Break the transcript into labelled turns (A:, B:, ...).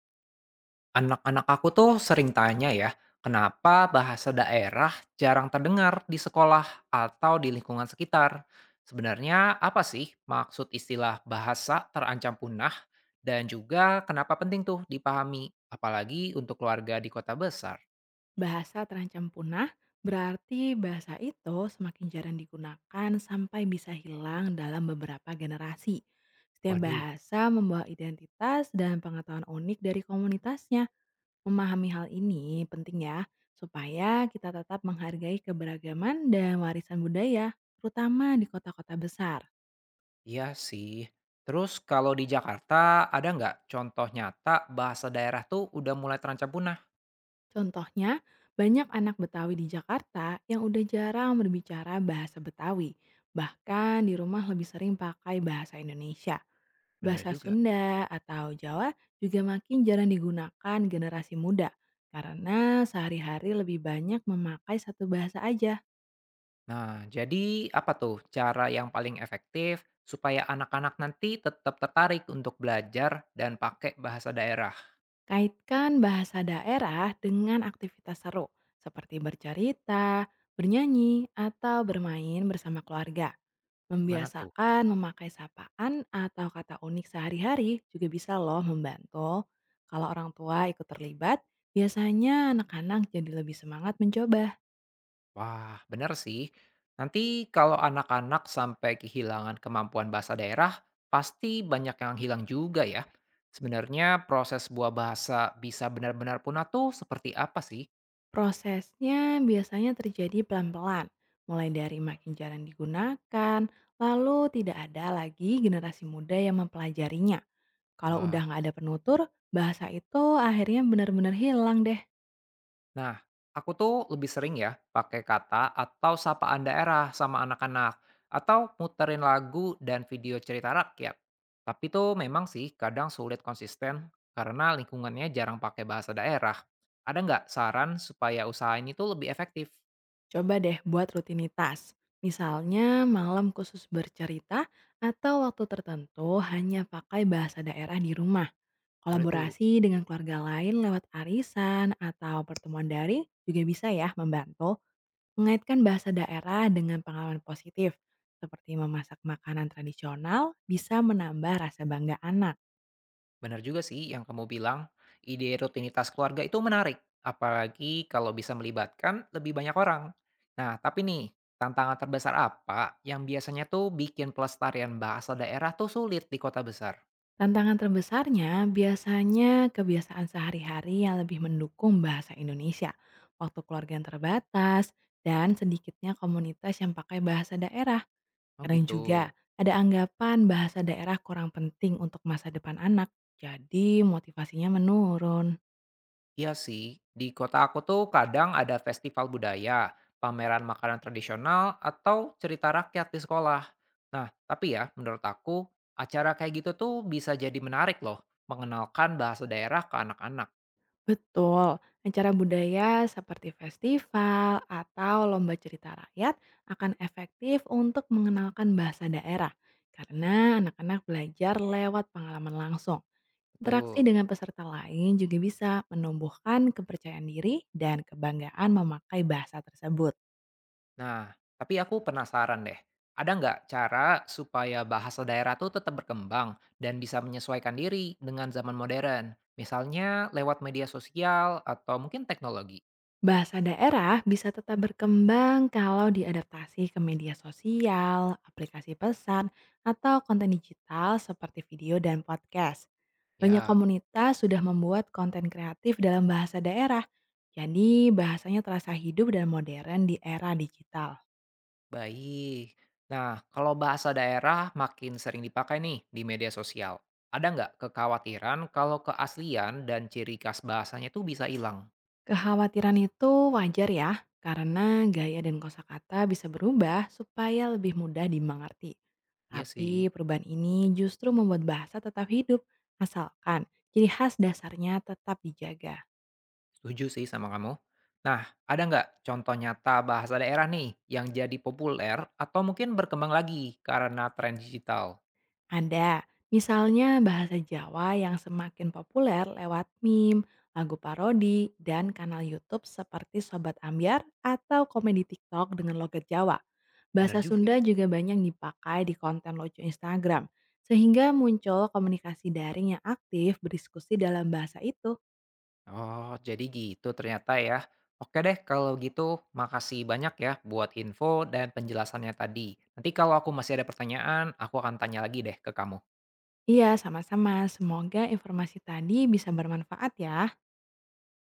A: Anak-anak aku tuh sering tanya ya, kenapa bahasa daerah jarang terdengar di sekolah atau di lingkungan sekitar. Sebenarnya apa sih maksud istilah bahasa terancam punah dan juga kenapa penting tuh dipahami, apalagi untuk keluarga di kota besar?
B: Bahasa terancam punah berarti bahasa itu semakin jarang digunakan sampai bisa hilang dalam beberapa generasi. Setiap
A: Waduh,
B: bahasa membawa identitas dan pengetahuan unik dari komunitasnya. Memahami hal ini penting ya, supaya kita tetap menghargai keberagaman dan warisan budaya, terutama di kota-kota besar.
A: iya sih. Terus kalau di Jakarta ada nggak contoh nyata bahasa daerah tuh udah mulai terancam punah?
B: Contohnya, banyak anak Betawi di Jakarta yang udah jarang berbicara bahasa Betawi, bahkan di rumah lebih sering pakai bahasa Indonesia.
A: Bener
B: Bahasa
A: juga.
B: Sunda atau Jawa juga makin jarang digunakan generasi muda karena sehari-hari lebih banyak memakai satu bahasa aja.
A: Nah, jadi apa tuh cara yang paling efektif supaya anak-anak nanti tetap tertarik untuk belajar dan pakai bahasa daerah?
B: Kaitkan bahasa daerah dengan aktivitas seru, seperti bercerita, bernyanyi, atau bermain bersama keluarga.
A: Gimana tuh?
B: Membiasakan memakai sapaan atau kata unik sehari-hari juga bisa loh membantu. Kalau orang tua ikut terlibat, biasanya anak-anak jadi lebih semangat mencoba.
A: Wah, bener sih. Nanti kalau anak-anak sampai kehilangan kemampuan bahasa daerah, pasti banyak yang hilang juga ya. Sebenarnya proses sebuah bahasa bisa benar-benar punah tuh seperti apa sih?
B: Prosesnya biasanya terjadi pelan-pelan, mulai dari makin jarang digunakan, lalu tidak ada lagi generasi muda yang mempelajarinya. Kalau udah
A: Wah.
B: nggak ada penutur, bahasa itu akhirnya benar-benar hilang deh.
A: Nah, aku tuh lebih sering ya pakai kata atau sapaan daerah sama anak-anak atau muterin lagu dan video cerita rakyat. Tapi tuh memang sih kadang sulit konsisten karena lingkungannya jarang pakai bahasa daerah. Ada nggak saran supaya usaha ini tuh lebih efektif?
B: Coba deh buat rutinitas. Misalnya malam khusus bercerita atau waktu tertentu hanya pakai bahasa daerah di rumah.
A: Boleh tuh.
B: Kolaborasi dengan keluarga lain lewat arisan atau pertemuan daring juga bisa ya membantu mengaitkan bahasa daerah dengan pengalaman positif. Seperti memasak makanan tradisional bisa menambah rasa bangga anak.
A: Benar juga sih yang kamu bilang, ide rutinitas keluarga itu menarik, apalagi kalau bisa melibatkan lebih banyak orang. Nah, tapi nih, tantangan terbesar apa yang biasanya tuh bikin pelestarian bahasa daerah tuh sulit di kota besar?
B: Tantangan terbesarnya biasanya kebiasaan sehari-hari yang lebih mendukung bahasa Indonesia, waktu keluarga yang terbatas, dan sedikitnya komunitas yang pakai bahasa daerah.
A: Oh
B: Kadang
A: gitu.
B: juga ada anggapan bahasa daerah kurang penting untuk masa depan anak, jadi motivasinya menurun.
A: Iya sih, di kota aku tuh kadang ada festival budaya, pameran makanan tradisional, atau cerita rakyat di sekolah. Nah, tapi ya, menurut aku, acara kayak gitu tuh bisa jadi menarik loh, mengenalkan bahasa daerah ke anak-anak.
B: Betul, acara budaya seperti festival atau lomba cerita rakyat akan efektif untuk mengenalkan bahasa daerah karena anak-anak belajar lewat pengalaman langsung.
A: Betul.
B: Interaksi dengan peserta lain juga bisa menumbuhkan kepercayaan diri dan kebanggaan memakai bahasa tersebut.
A: Nah, tapi aku penasaran deh, ada nggak cara supaya bahasa daerah tuh tetap berkembang dan bisa menyesuaikan diri dengan zaman modern? Misalnya lewat media sosial atau mungkin teknologi.
B: Bahasa daerah bisa tetap berkembang kalau diadaptasi ke media sosial, aplikasi pesan, atau konten digital seperti video dan podcast. Banyak
A: Ya,
B: komunitas sudah membuat konten kreatif dalam bahasa daerah, jadi bahasanya terasa hidup dan modern di era digital.
A: baik. Nah, kalau bahasa daerah makin sering dipakai nih di media sosial, ada nggak kekhawatiran kalau keaslian dan ciri khas bahasanya tuh bisa hilang?
B: Kekhawatiran itu wajar ya, karena gaya dan kosakata bisa berubah supaya lebih mudah dimengerti.
A: Ya
B: Tapi
A: sih.
B: perubahan ini justru membuat bahasa tetap hidup, asalkan ciri khas dasarnya tetap dijaga.
A: Setuju sih sama kamu. Nah, ada nggak contoh nyata bahasa daerah nih yang jadi populer atau mungkin berkembang lagi karena tren digital?
B: Ada, misalnya bahasa Jawa yang semakin populer lewat meme, lagu parodi, dan kanal YouTube seperti Sobat Ambyar atau komedi TikTok dengan logat Jawa.
A: Bener
B: Bahasa
A: juga.
B: Sunda juga banyak dipakai di konten lucu Instagram, sehingga muncul komunikasi daring yang aktif berdiskusi dalam bahasa itu.
A: Oh, jadi gitu ternyata ya. Oke deh, kalau gitu makasih banyak ya buat info dan penjelasannya tadi. Nanti kalau aku masih ada pertanyaan, aku akan tanya lagi deh ke kamu.
B: Iya, sama-sama. Semoga informasi tadi bisa bermanfaat ya.